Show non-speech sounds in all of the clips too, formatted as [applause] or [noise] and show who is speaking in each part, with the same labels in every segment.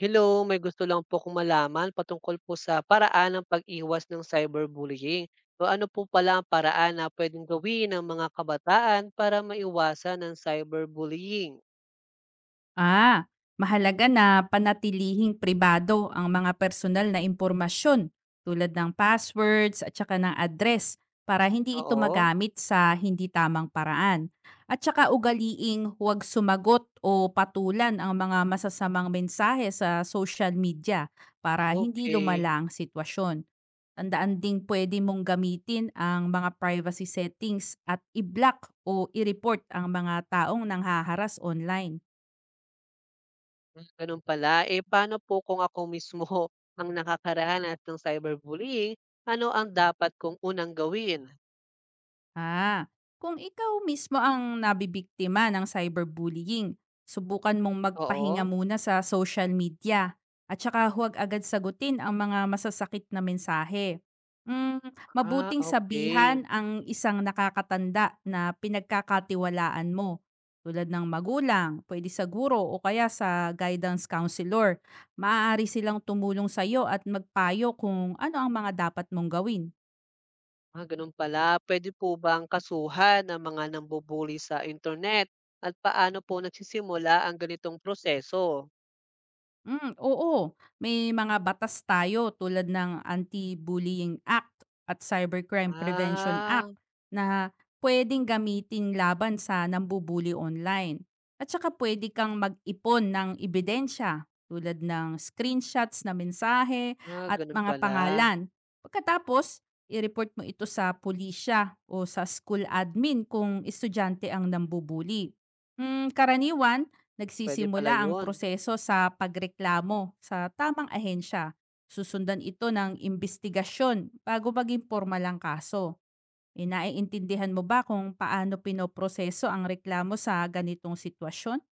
Speaker 1: Hello, may gusto lang po kong malaman patungkol po sa paraan ng pag-iwas ng cyberbullying. So ano po pala ang paraan na pwedeng gawin ng mga kabataan para maiwasan ng cyberbullying?
Speaker 2: Mahalaga na panatilihing pribado ang mga personal na impormasyon tulad ng passwords at saka ng address para hindi ito
Speaker 1: Oo,
Speaker 2: magamit sa hindi tamang paraan. At saka ugaliing huwag sumagot o patulan ang mga masasamang mensahe sa social media para hindi
Speaker 1: okay.
Speaker 2: lumala ang sitwasyon. Tandaan ding pwede mong gamitin ang mga privacy settings at i-block o i-report ang mga taong nanghaharas online.
Speaker 1: Ganun pala. Eh paano po kung ako mismo [laughs] ang nakakaranas ng cyberbullying? Ano ang dapat kong unang gawin?
Speaker 2: Ah, kung ikaw mismo ang nabibiktima ng cyberbullying, subukan mong magpahinga
Speaker 1: Oo.
Speaker 2: muna sa social media at saka huwag agad sagutin ang mga masasakit na mensahe. Mm,
Speaker 1: Ah,
Speaker 2: Mabuting sabihan
Speaker 1: okay.
Speaker 2: ang isang nakakatanda na pinagkakatiwalaan mo. Tulad ng magulang, pwede sa guro o kaya sa guidance counselor. Maaari silang tumulong sa iyo at magpayo kung ano ang mga dapat mong gawin.
Speaker 1: Ah, gano'n pala. Pwede po bang kasuhan ang mga nambu-bully sa internet at paano po nagsisimula ang ganitong proseso?
Speaker 2: Oo. May mga batas tayo tulad ng Anti-Bullying Act at Cybercrime Prevention
Speaker 1: Ah,
Speaker 2: Act na pwedeng gamitin laban sa nambubuli online. At saka pwede kang mag-ipon ng ebidensya tulad ng screenshots na mensahe
Speaker 1: ah,
Speaker 2: at
Speaker 1: gano'n
Speaker 2: mga
Speaker 1: pala.
Speaker 2: pangalan. Pagkatapos, i-report mo ito sa pulisya o sa school admin kung estudyante ang nambubuli. Karaniwan,
Speaker 1: Pwede pala
Speaker 2: nagsisimula ang
Speaker 1: 'yun.
Speaker 2: proseso sa pagreklamo sa tamang ahensya. Susundan ito ng imbestigasyon bago maging formal ang kaso. E, naiintindihan mo ba kung paano pinoproseso ang reklamo sa ganitong sitwasyon?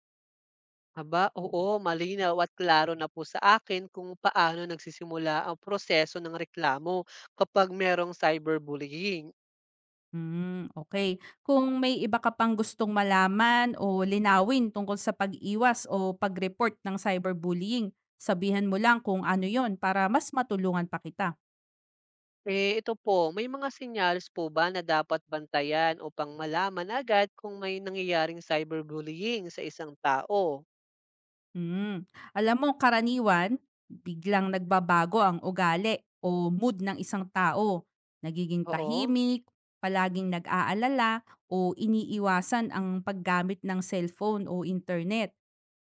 Speaker 1: Aba, oo, malinaw at klaro na po sa akin kung paano nagsisimula ang proseso ng reklamo kapag merong cyberbullying.
Speaker 2: Hmm, okay. Kung may iba ka pang gustong malaman o linawin tungkol sa pag-iwas o pag-report ng cyberbullying, sabihan mo lang kung ano yon para mas matulungan pa kita.
Speaker 1: Eh, ito po, may mga senyales po ba na dapat bantayan upang malaman agad kung may nangyayaring cyberbullying sa isang tao?
Speaker 2: Hmm. Alam mo, karaniwan, biglang nagbabago ang ugali o mood ng isang tao. Nagiging
Speaker 1: Oo.
Speaker 2: tahimik, palaging nag-aalala o iniiwasan ang paggamit ng cellphone o internet.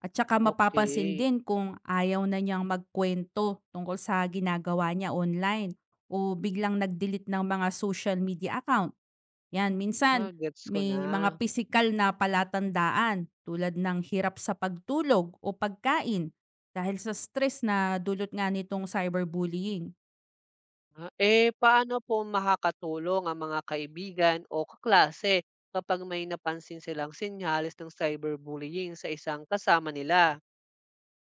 Speaker 2: At saka mapapansin
Speaker 1: Okey.
Speaker 2: din kung ayaw na niyang magkwento tungkol sa ginagawa niya online o biglang nag-delete ng mga social media account. 'Yan, minsan
Speaker 1: Ah, gets ko
Speaker 2: may
Speaker 1: na.
Speaker 2: mga pisikal na palatandaan tulad ng hirap sa pagtulog o pagkain dahil sa stress na dulot nga nitong cyberbullying.
Speaker 1: Ah, paano po makakatulong ang mga kaibigan o kaklase kapag may napansin silang senyales ng cyberbullying sa isang kasama nila?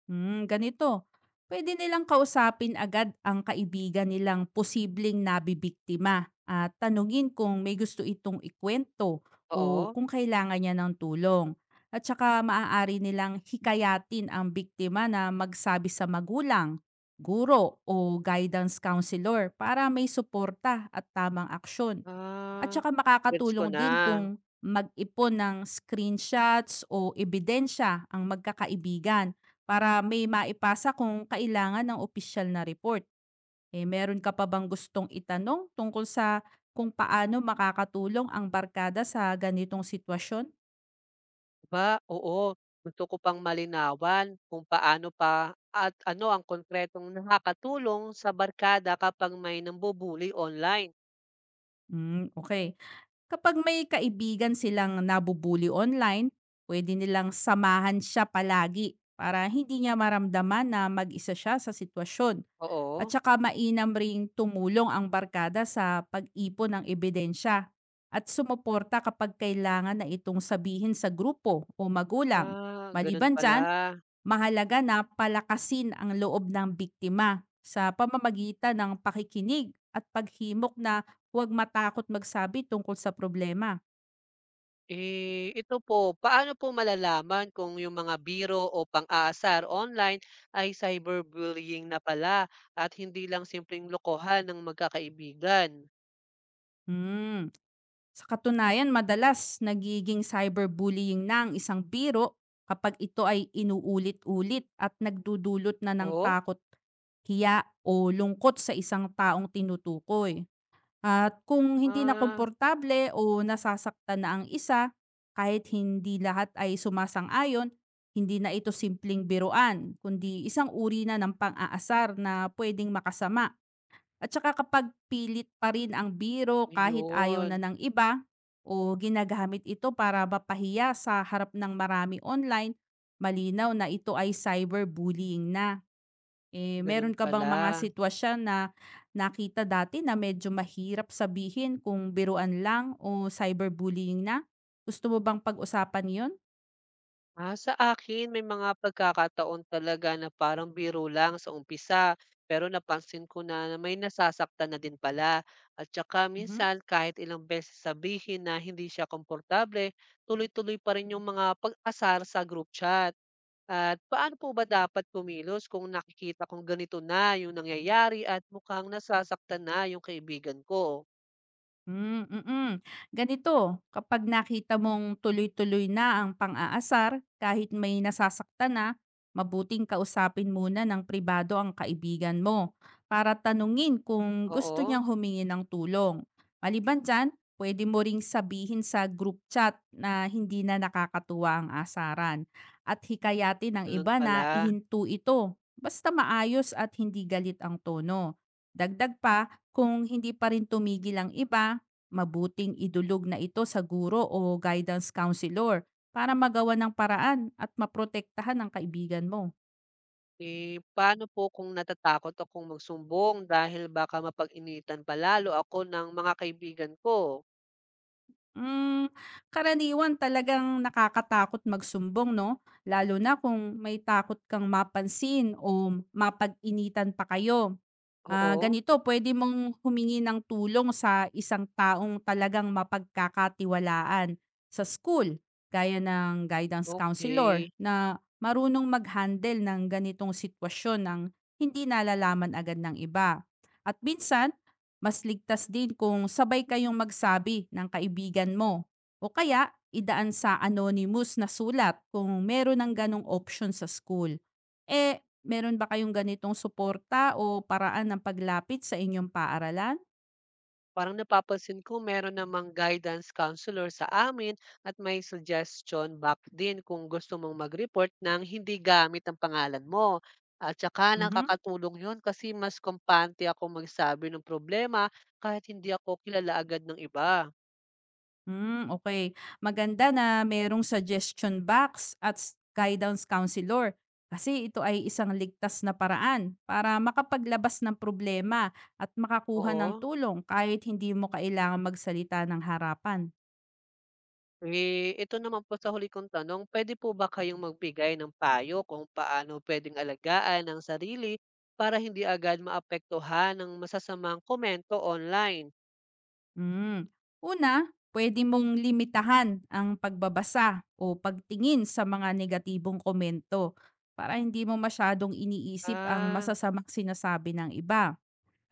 Speaker 2: Ganito. Pwede nilang kausapin agad ang kaibigan nilang posibleng nabibiktima at tanungin kung may gusto itong ikwento o
Speaker 1: Oo?
Speaker 2: kung kailangan niya ng tulong. At saka maaari nilang hikayatin ang biktima na magsabi sa magulang, guro o guidance counselor para may suporta at tamang aksyon. At
Speaker 1: Ah,
Speaker 2: saka
Speaker 1: gets ko
Speaker 2: makakatulong
Speaker 1: na.
Speaker 2: din kung mag-ipon ng screenshots o ebidensya ang magkakaibigan para may maipasa kung kailangan ng opisyal na report. Eh, meron ka pa bang gustong itanong tungkol sa kung paano makakatulong ang barkada sa ganitong sitwasyon?
Speaker 1: Aba, oo, gusto ko pang malinawan kung paano pa at ano ang konkretong nakakatulong sa barkada kapag may nambu-bully online.
Speaker 2: Hmm, okay. Kapag may kaibigan silang nabubuli online, pwede nilang samahan siya palagi para hindi niya maramdaman na mag-isa siya sa sitwasyon. At
Speaker 1: Oo.
Speaker 2: saka mainam ring tumulong ang barkada sa pag-ipon ng ebidensya at sumuporta kapag kailangan na itong sabihin sa grupo o magulang.
Speaker 1: Ah, gano'n
Speaker 2: Maliban
Speaker 1: pala.
Speaker 2: dyan, mahalaga na palakasin ang loob ng biktima sa pamamagitan ng pakikinig at paghimok na huwag matakot magsabi tungkol sa problema.
Speaker 1: Eh, ito po, paano po malalaman kung yung mga biro o pang-aasar online ay cyberbullying na pala at hindi lang simpleng lokohan ng magkakaibigan?
Speaker 2: Hmm. Sa katunayan, madalas nagiging cyberbullying na ang isang biro kapag ito ay inuulit-ulit at nagdudulot na ng
Speaker 1: Oh?
Speaker 2: takot, hiya o lungkot sa isang taong tinutukoy. At kung hindi na
Speaker 1: Ah,
Speaker 2: komportable o nasasaktan na ang isa, kahit hindi lahat ay sumasang-ayon, hindi na ito simpleng biruan, kundi isang uri na ng pang-aasar na pwedeng makasama. At saka kapag pilit pa rin ang biro kahit ayaw
Speaker 1: ayun.
Speaker 2: na ng iba o ginagamit ito para mapahiya sa harap ng marami online, malinaw na ito ay cyberbullying na. Eh, meron
Speaker 1: Ganun
Speaker 2: ka bang
Speaker 1: pala.
Speaker 2: mga sitwasyon na nakita dati na medyo mahirap sabihin kung biruan lang o cyberbullying na? Gusto mo bang pag-usapan yun?
Speaker 1: Ah, sa akin may mga pagkakataon talaga na parang biro lang sa umpisa, pero napansin ko na may nasasaktan na din pala. At saka
Speaker 2: Mhm.
Speaker 1: minsan kahit ilang beses sabihin na hindi siya komportable, tuloy-tuloy pa rin yung mga pag-asar sa group chat. At paano po ba dapat kumilos kung nakikita kong ganito na yung nangyayari at mukhang nasasaktan na yung kaibigan ko?
Speaker 2: Hmm, mm. Ganito, kapag nakita mong tuloy-tuloy na ang pang-aasar kahit may nasasaktan na, mabuting kausapin muna ng pribado ang kaibigan mo para tanungin kung gusto
Speaker 1: Oo,
Speaker 2: niyang humingi ng tulong. Maliban dyan, pwede mo ring sabihin sa group chat na hindi na nakakatuwa ang asaran at hikayatin ng
Speaker 1: ganun
Speaker 2: iba na
Speaker 1: pala.
Speaker 2: ihinto ito basta maayos at hindi galit ang tono. Dagdag pa, kung hindi pa rin tumigil ang iba, mabuting idulog na ito sa guro o guidance counselor para magawa ng paraan at maprotektahan ang kaibigan mo.
Speaker 1: Eh, paano po kung natatakot akong magsumbong dahil baka mapag-initan pa lalo ako ng mga kaibigan ko?
Speaker 2: Mm, Karaniwan talagang nakakatakot magsumbong, no? Lalo na kung may takot kang mapansin o mapag-initan pa kayo.
Speaker 1: Oo.
Speaker 2: Ganito, pwede mong humingi ng tulong sa isang taong talagang mapagkakatiwalaan sa school, gaya ng guidance counselor
Speaker 1: Okay.
Speaker 2: na marunong mag-handle ng ganitong sitwasyon ng hindi nalalaman agad ng iba. At minsan, mas ligtas din kung sabay kayong magsabi ng kaibigan mo o kaya idaan sa anonymous na sulat kung meron ng ganong option sa school. Eh, Meron ba kayong ganitong suporta o paraan ng paglapit sa inyong paaralan?
Speaker 1: Parang napapansin ko meron namang guidance counselor sa amin at may suggestion box din kung gusto mong mag-report ng hindi gamit ang pangalan mo. At saka
Speaker 2: Mhm.
Speaker 1: nakakatulong yun kasi mas kampante ako magsabi ng problema kahit hindi ako kilala agad ng iba.
Speaker 2: Hmm, okey. Maganda na merong suggestion box at s guidance counselor kasi ito ay isang ligtas na paraan para makapaglabas ng problema at makakuha ng
Speaker 1: Oo.
Speaker 2: tulong kahit hindi mo kailangang magsalita ng harapan.
Speaker 1: Eh, ito naman po sa huli kong tanong, pwede po ba kayong magbigay ng payo kung paano pwedeng alagaan ang sarili para hindi agad maapektuhan ng masasamang komento online?
Speaker 2: Hmm. Una, pwede mong limitahan ang pagbabasa o pagtingin sa mga negatibong komento para hindi mo masyadong iniisip ang
Speaker 1: Ah,
Speaker 2: masasamang sinasabi ng iba.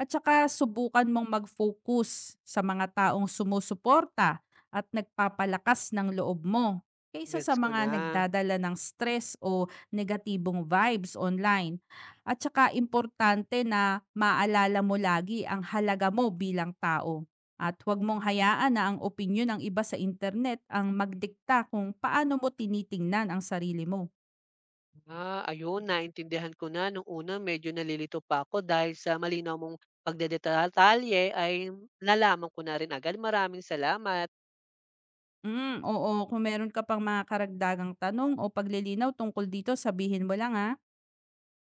Speaker 2: At saka subukan mong mag-focus sa mga taong sumusuporta at nagpapalakas ng loob mo kaysa sa
Speaker 1: gets ko
Speaker 2: mga
Speaker 1: na.
Speaker 2: nagdadala ng stress o negatibong vibes online. At saka importante na maalala mo lagi ang halaga mo bilang tao. At huwag mong hayaan na ang opinyon ng iba sa internet ang magdikta kung paano mo tinitingnan ang sarili mo.
Speaker 1: Ah, ayun, naintindihan ko na. Nung una medyo nalilito pa ako dahil sa malinaw mong pagdedetalye ay nalaman ko na rin agad. Maraming salamat.
Speaker 2: Oo, kung meron ka pang mga karagdagang tanong o paglilinaw tungkol dito, sabihin mo lang ha.